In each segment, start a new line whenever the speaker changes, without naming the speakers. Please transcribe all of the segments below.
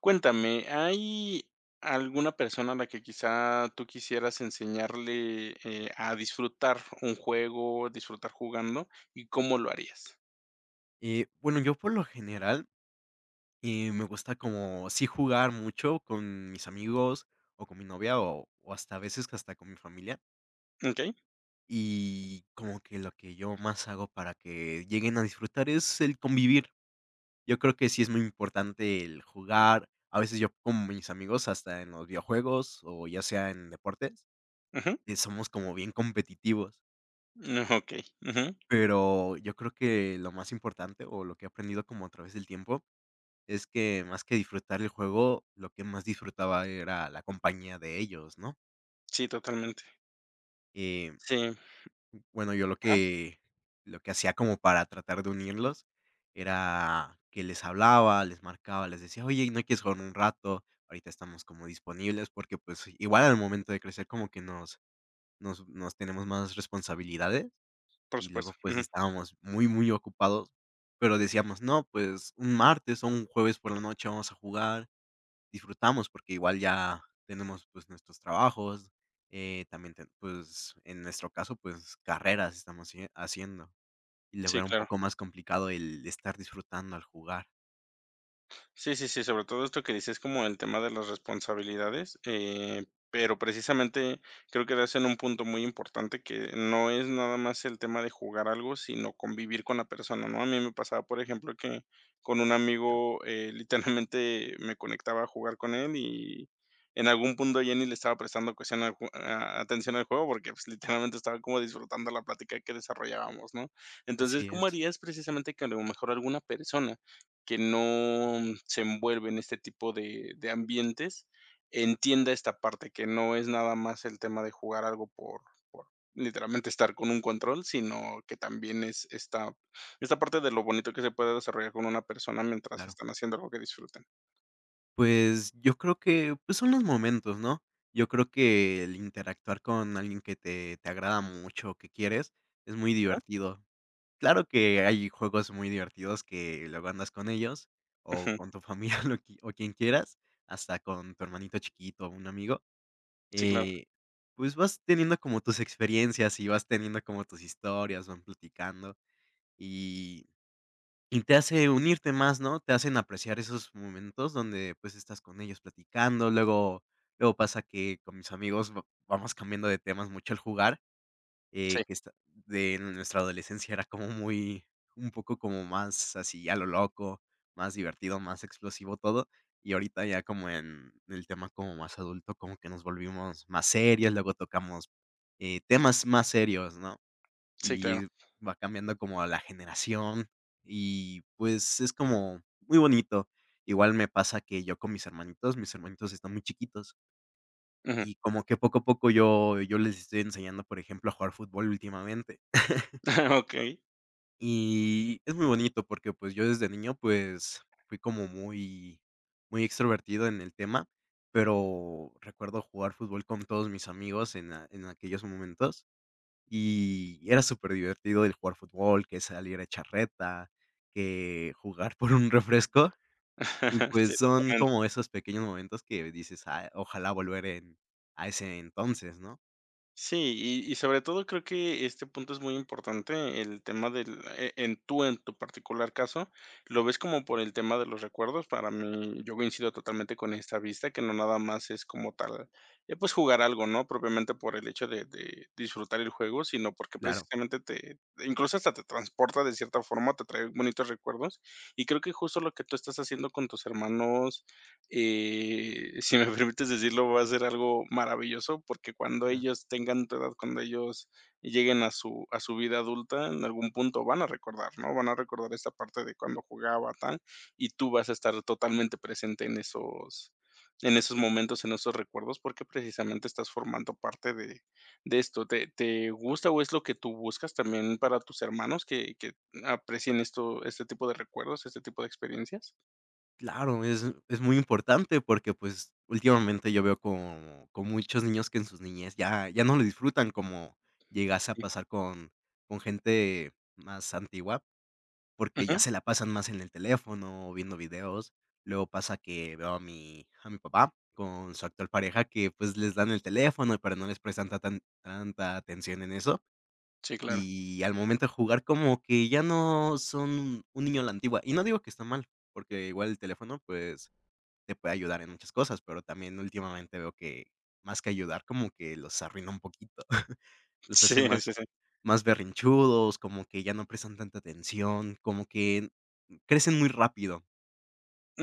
Cuéntame, ¿hay alguna persona a la que quizá tú quisieras enseñarle, a disfrutar un juego, disfrutar jugando, y cómo lo harías?
Bueno, yo por lo general, me gusta como sí jugar mucho con mis amigos o con mi novia o hasta a veces que hasta con mi familia.
Okey,
Y como que lo que yo más hago para que lleguen a disfrutar es el convivir. Yo creo que sí es muy importante el jugar. A veces yo con mis amigos, hasta en los videojuegos o ya sea en deportes,
ujú,
somos como bien competitivos.
okey, ujú,
Pero yo creo que lo más importante o lo que he aprendido como a través del tiempo es que más que disfrutar el juego, lo que más disfrutaba era la compañía de ellos, ¿no?
sí, totalmente.
Eh,
Sí,
bueno, yo lo
ajá,
que lo que hacía como para tratar de unirlos era que les hablaba, les marcaba, les decía: "Oye, ¿no quieres jugar un rato? Ahorita estamos como disponibles", porque, pues, igual al momento de crecer como que nos tenemos más responsabilidades
por
y
supuesto,
luego, pues,
ujú,
estábamos muy, muy ocupados, pero decíamos: "No, pues, un martes o un jueves por la noche vamos a jugar". Disfrutamos, porque igual ya tenemos, pues, nuestros trabajos, también ten pues, en nuestro caso, pues, carreras estamos sie haciendo, y luego
sí,
era un
claro.
poco más complicado el estar disfrutando al jugar.
Sí, sí, sí, sobre todo esto que dices como el tema de las responsabilidades, pero precisamente creo que das en un punto muy importante que no es nada más el tema de jugar algo, sino convivir con la persona, ¿no? A mí me pasaba, por ejemplo, que con un
Ya.
amigo, literalmente me conectaba a jugar con él y en algún punto ya ni le estaba prestando cuestión atención al juego porque pues, literalmente estaba como disfrutando la plática que desarrollábamos, ¿no? Entonces,
Así
¿cómo
es,
harías precisamente que a lo mejor alguna persona que no se envuelve en este tipo de ambientes, entienda esta parte, que no es nada más el tema de jugar algo por literalmente estar con un control, sino que también es esta parte de lo bonito que se puede desarrollar con una persona mientras
claro.
están haciendo algo que disfruten.
Pues, yo creo que, pues, son los momentos, ¿no? Yo creo que el interactuar con alguien que te agrada mucho, que quieres, es muy divertido. Claro que hay juegos muy divertidos que luego andas con ellos, o
Ujú.
con tu familia, lo quien quieras, hasta con tu hermanito chiquito o un amigo,
Sí, claro.
eh, pues, vas teniendo como tus experiencias y vas teniendo como tus historias, van platicando, y y te hace unirte más, ¿no? Te hacen apreciar esos momentos donde, pues, estás con ellos platicando, luego pasa que con mis amigos va vamos cambiando de temas mucho al jugar,
Sí,
que esta de nuestra adolescencia era como muy un poco como más así a lo loco, más divertido, más explosivo todo, y ahorita ya como en el tema como más adulto, como que nos volvimos más serios, luego tocamos, temas más serios, ¿no?
sí, claro.
Y va cambiando como la generación y, pues, es como muy bonito. Igual me pasa que yo con mis hermanitos están muy chiquitos,
Ujú.
y como que poco a poco yo les estoy enseñando, por ejemplo, a jugar fútbol últimamente.
Okey.
Y es muy bonito porque, pues, yo desde niño, pues, fui como muy muy extrovertido en el tema, pero recuerdo jugar fútbol con todos mis amigos en aquellos momentos, y era súper divertido el jugar fútbol, que salir a echar reta, que jugar por un refresco, y pues
Sí,
son
totalmente.
como esos pequeños momentos que dices: "Ah, ojalá volver en a ese entonces", ¿no?
Sí, y sobre todo creo que este punto es muy importante, el tema del e en tú, en tu particular caso, lo ves como por el tema de los recuerdos. Para mí, yo coincido totalmente con esta vista, que no nada más es como tal, pues, jugar algo, ¿no? Propiamente por el hecho de disfrutar el juego, sino porque
Claro.
precisamente te incluso hasta te transporta de cierta forma, te trae bonitos recuerdos. Y creo que justo lo que tú estás haciendo con tus hermanos, si me permites decirlo, va a ser algo maravilloso, porque cuando ellos tengan tu edad, cuando ellos lleguen a su vida adulta, en algún punto van a recordar, ¿no? Van a recordar esta parte de cuando jugaba, tal, y tú vas a estar totalmente presente en esos momentos, en esos recuerdos, porque precisamente estás formando parte de esto. ¿Te gusta o es lo que tú buscas también para tus hermanos que aprecien esto este tipo de recuerdos, este tipo de experiencias?
Claro, es muy importante porque, pues, últimamente yo veo con muchos niños que en sus niñez ya no lo disfrutan como llegase a
Sí.
pasar con gente más antigua, porque ya
Ujú.
se la pasan más en el teléfono, viendo videos. Luego pasa que veo a mi papá con su actual pareja que, pues, les dan el teléfono, pero no les prestan ta tan tanta atención en eso,
Sí, claro.
y al momento de jugar como que ya no son un niño a la antigua. Y no digo que está mal, porque igual el teléfono, pues te puede ayudar en muchas cosas, pero también últimamente veo que más que ayudar, como que los arruina un poquito. Los hace
Sí, sí,
más
sí.
más berrinchudos, como que ya no prestan tanta atención, como que crecen muy rápido.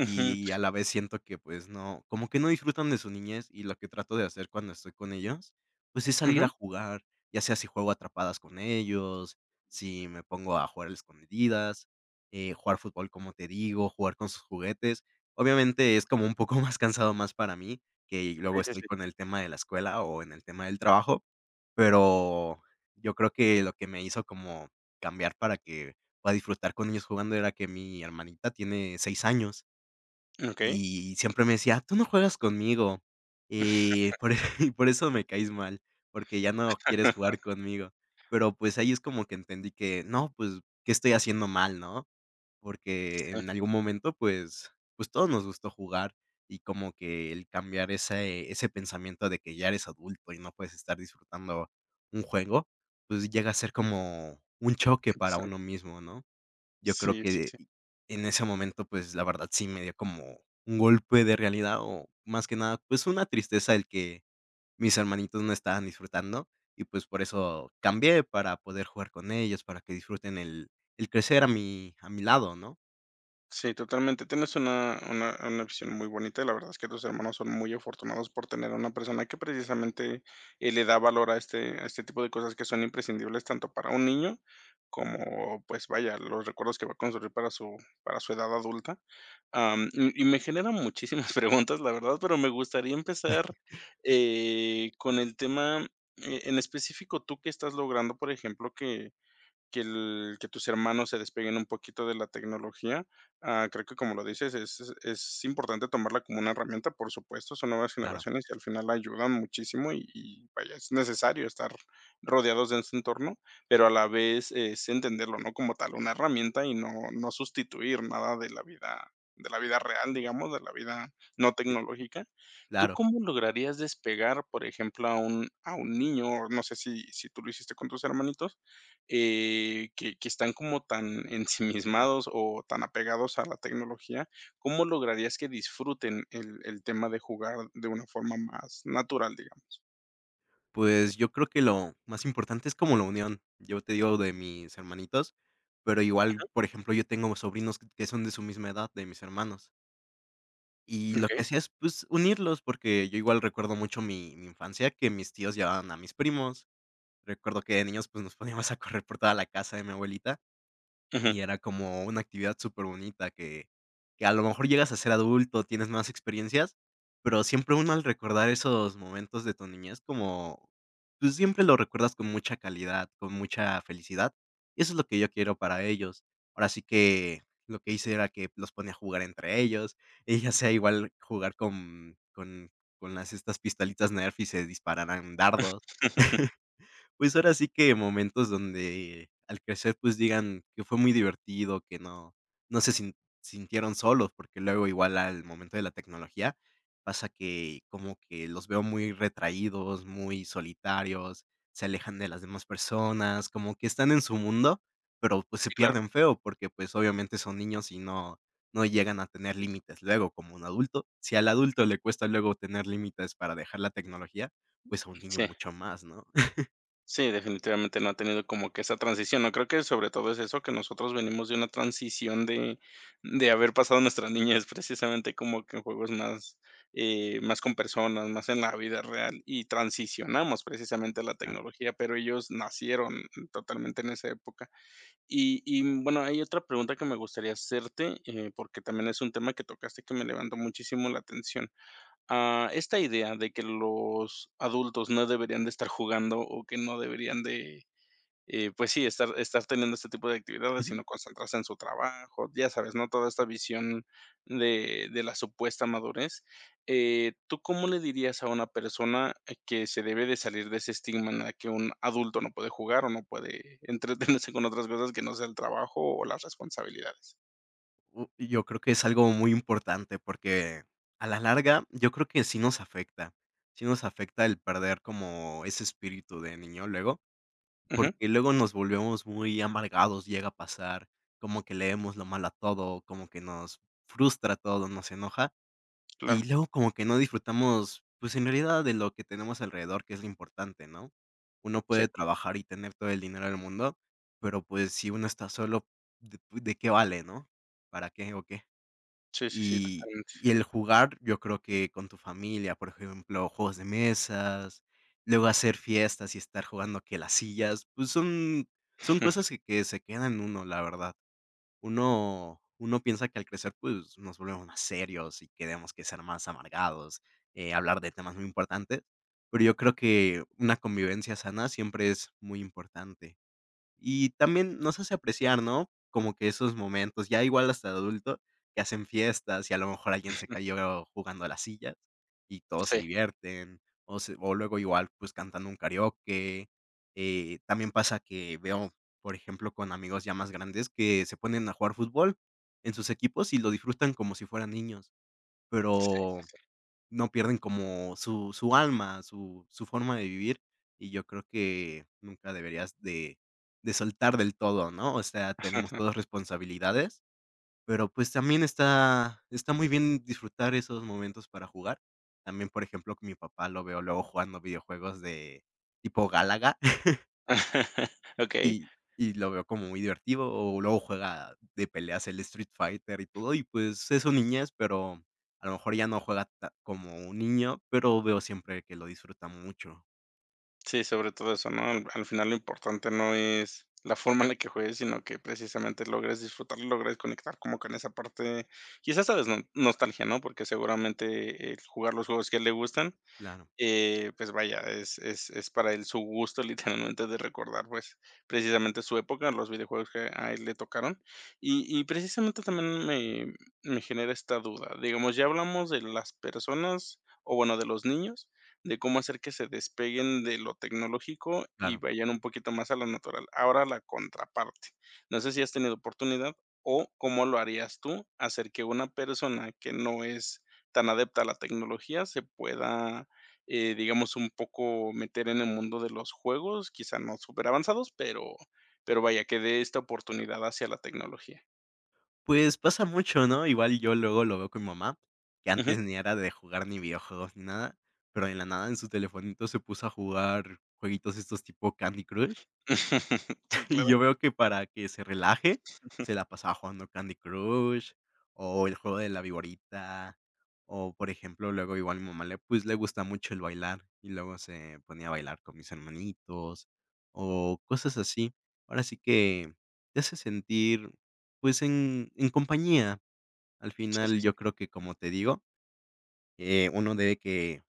Y y a la vez siento que, pues, no, como que no disfrutan de su niñez, y lo que trato de hacer cuando estoy con ellos, pues, es salir
ujú.
a jugar, ya sea si juego atrapadas con ellos, si me pongo a jugar al escondidas, jugar fútbol, como te digo, jugar con sus juguetes. Obviamente, es como un poco más cansado, más para mí, que
Sí,
luego
sí,
estoy
sí.
con el tema de la escuela o en el tema del trabajo, pero yo creo que lo que me hizo como cambiar para que pueda disfrutar con ellos jugando era que mi hermanita tiene 6 años.
Okey.
Y siempre me decía: "Tú no juegas conmigo, y por e y por eso me caes mal, porque ya no quieres jugar conmigo". Pero, pues, ahí es como que entendí que no, pues, ¿qué estoy haciendo mal, no? Porque en algún momento, pues, todos nos gustó jugar y como que el cambiar ese pensamiento de que ya eres adulto y no puedes estar disfrutando un juego, pues, llega a ser como un choque para uno
Exacto.
mismo, ¿no? Yo creo
Sí, sí,
que
sí.
en ese momento, pues, la verdad sí me dio como un golpe de realidad, o más que nada, pues, una tristeza el que mis hermanitos no estaban disfrutando, y pues, por eso cambié para poder jugar con ellos, para que disfruten el crecer a mi lado, ¿no?
Sí, totalmente. Tienes una visión muy bonita. Y la verdad es que tus hermanos son muy afortunados por tener a una persona que precisamente le da valor a este tipo de cosas que son imprescindibles tanto para un niño como, pues vaya, los recuerdos que va a construir para su edad adulta. Am, y me generan muchísimas preguntas, la verdad, pero me gustaría empezar con el tema en específico, tú que estás logrando, por ejemplo, que tus hermanos se despeguen un poquito de la tecnología. Ah, creo que como lo dices, es importante tomarla como una herramienta, por supuesto, son nuevas
Claro.
generaciones y al final ayudan muchísimo y vaya, es necesario estar rodeados de ese entorno, pero a la vez es entenderlo, ¿no? Como tal, una herramienta y no sustituir nada de la vida de la vida real, digamos, de la vida no
Sí,
tecnológica. ¿Tú
claro.
cómo lograrías despegar, por ejemplo, a un niño? O no sé si si tú lo hiciste con tus hermanitos, que están como tan ensimismados o tan apegados a la tecnología, ¿cómo lograrías que disfruten el tema de jugar de una forma más natural, digamos?
Pues, yo creo que lo más importante es como la unión. Yo te digo de mis hermanitos, pero igual, por ejemplo, yo tengo sobrinos que son de su misma edad, de mis hermanos. Y
Ujú,
lo
okey.
que hacía es, pues, unirlos, porque yo igual recuerdo mucho mi infancia, que mis tíos llevaban a mis primos. Recuerdo que de niños, pues, nos poníamos a correr por toda la casa de mi abuelita,
Ujú.
y era como una actividad superbonita que a lo mejor llegas a ser adulto, tienes más experiencias, pero siempre uno al recordar esos momentos de tu niñez como tú siempre lo recuerdas con mucha calidad, con mucha felicidad, y eso es lo que yo quiero para ellos. Ahora sí que lo que hice era que los ponía a jugar entre ellos, y ya sea igual jugar con las estas pistolitas Nerf y se dispararan dardos. Pues ahora sí que momentos donde al crecer, pues digan que fue muy divertido, que no se sin sintieron solos, porque luego igual al momento de la tecnología pasa que como que los veo muy retraídos, muy solitarios, se alejan de las demás personas, como que están en su mundo, pero pues se
Sí, claro.
pierden feo, porque pues obviamente son niños y no llegan a tener límites luego como un adulto. Si al adulto le cuesta luego tener límites para dejar la tecnología, pues a un niño
Sí.
mucho más, ¿no?
Sí, definitivamente no ha tenido como que esa transición, ¿no? Creo que sobre todo es eso, que nosotros venimos de una transición de haber pasado nuestra niñez precisamente como que en juegos más, más con personas, más en la vida real, y transicionamos precisamente a la
Claro.
tecnología, pero ellos nacieron totalmente en esa época. Y, bueno, hay otra pregunta que me gustaría hacerte, porque también es un tema que tocaste que me levantó muchísimo la atención a esta idea de que los adultos no deberían de estar jugando o que no deberían de, pues sí, estar teniendo este tipo de actividades,
Ujú.
sino concentrarse en su trabajo, ya sabes, ¿no? Toda esta visión de la supuesta madurez. ¿Tú cómo le dirías a una persona que se debe de salir de ese estigma en la que un adulto no puede jugar o no puede entretenerse con otras cosas que no sea el trabajo o las responsabilidades?
Y yo creo que es algo muy importante porque a la larga yo creo que sí nos afecta el perder como ese espíritu de niño luego,
Ujú,
porque luego nos volvemos muy amargados, llega a pasar, como que leemos lo malo a todo, como que nos frustra todo, nos enoja. Y
claro.
luego como que no disfrutamos, pues, en realidad de lo que tenemos alrededor, que es lo importante, ¿no? Uno
Sí.
puede trabajar y tener todo el dinero del mundo, pero, pues, si uno está solo, ¿de pues, de qué vale, no? ¿Para qué o qué?
Sí, sí, sí,
Y
totalmente.
y el jugar, yo creo que con tu familia, por ejemplo, juegos de mesas, luego hacer fiestas y estar jugando que las sillas, pues, son cosas que se quedan en uno, la verdad. Uno piensa que al crecer, pues, nos volvemos más serios y que tenemos que ser más amargados, hablar de temas muy importantes, pero yo creo que una convivencia sana siempre es muy importante. Y también nos hace apreciar, ¿no? Como que esos momentos, ya igual hasta de adulto, que hacen fiestas y a lo mejor alguien se cayó jugando a las sillas y todos se
Sí.
divierten, o se o luego igual, pues, cantando un karaoke. También pasa que veo, por ejemplo, con amigos ya más grandes que se ponen a jugar fútbol en sus equipos y lo disfrutan como si fueran niños, pero no pierden como su alma, su forma de vivir, y yo creo que nunca deberías de soltar del todo, ¿no? O sea, tenemos todas responsabilidades, pero, pues, también está muy bien disfrutar esos momentos para jugar. También, por ejemplo, con mi papá lo veo luego jugando videojuegos de tipo Galaga,
Okey.
y y lo veo como muy divertido, o luego juega de peleas el Street Fighter y todo, y pues es su niñez, pero a lo mejor ya no juega ta como un niño, pero veo siempre que lo disfruta mucho.
Sí, sobre todo eso, ¿no? Al al final lo importante no es la forma en la que juegues, sino que precisamente logres disfrutarlo, logres conectar como con esa parte, quizás, ¿sabes? No nostalgia, ¿no? Porque seguramente el jugar los juegos que a él le gustan,
Claro,
eh, pues vaya, es para él su gusto, literalmente, de recordar, pues, precisamente su época, los videojuegos que a él le tocaron. Y precisamente también me me genera esta duda. Digamos, ya hablamos de las personas, o bueno, de los niños, de cómo hacer que se despeguen de lo tecnológico y
claro.
vayan un poquito más a lo natural. Ahora la contraparte. No sé si has tenido oportunidad, o cómo lo harías tú, hacer que una persona que no es tan adepta a la tecnología se pueda digamos, un poco meter en el mundo de los juegos, quizá no súper avanzados pero vaya, que dé esta oportunidad hacia la tecnología.
Pues pasa mucho, ¿no? Igual yo luego lo veo con mi mamá, que
Ujú.
antes ni era de jugar ni videojuegos ni nada, pero en la nada en su telefonito se puso a jugar jueguitos estos tipo Candy Crush.
Sí,
Y
claro.
yo veo que para que se relaje, se la pasaba jugando Candy Crush, o el juego de la viborita, o, por ejemplo, luego igual mi mamá le, pues, le gusta mucho el bailar, y luego se ponía a bailar con mis hermanitos, o cosas así. Ahora sí que te hace sentir, pues, en compañía. Al
Sí, sí,
final,
sí.
yo creo que, como te digo, uno debe que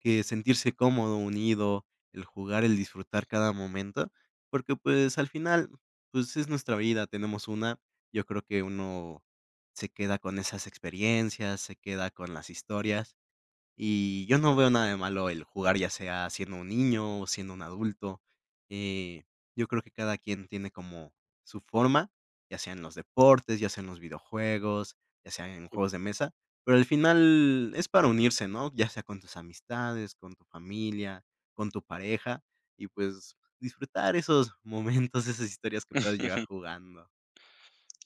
que sentirse cómodo, unido, el jugar, el disfrutar cada momento, porque, pues, al final, pues, es nuestra vida, tenemos una. Yo creo que uno se queda con esas experiencias, se queda con las historias. Y yo no veo nada de malo el jugar, ya sea siendo un niño o siendo un adulto. Eh, yo creo que cada quien tiene como su forma, ya sea en los deportes, ya sea en los videojuegos, ya sea en juegos de mesa, pero al final es para unirse, ¿no? Ya sea con tus amistades, con tu familia, con tu pareja y pues disfrutar esos momentos, esas historias que puedes llegar jugando.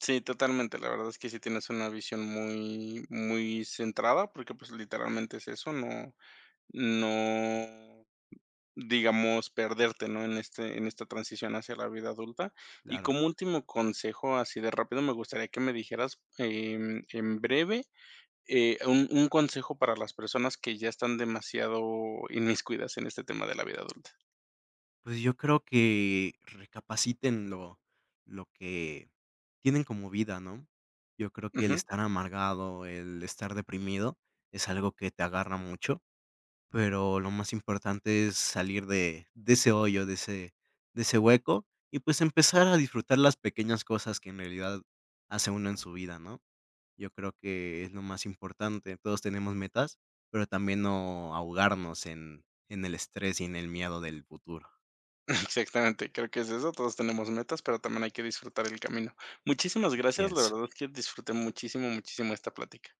Sí, totalmente. La verdad es que sí tienes una visión muy muy centrada, porque, pues, literalmente es eso, no no, digamos, perderte, ¿no?, en este en esta transición hacia la vida adulta. Y
Claro.
como último consejo, así de rápido, me gustaría que me dijeras, en breve un consejo para las personas que ya están demasiado inmiscuidas en este tema de la vida adulta.
Pues yo creo que recapaciten lo que tienen como vida, ¿no? Yo creo que el
Ujú,
estar amargado, el estar deprimido es algo que te agarra mucho, pero lo más importante es salir de ese hoyo, de ese hueco y, pues, empezar a disfrutar las pequeñas cosas que en realidad hace uno en su vida, ¿no? Yo creo que es lo más importante. Todos tenemos metas, pero también no ahogarnos en el estrés y en el miedo del futuro.
exactamente, creo que es eso, todos tenemos metas, pero también hay que disfrutar el camino. Muchísimas
Así
gracias, la
es.
verdad es que disfruté muchísimo, muchísimo esta plática.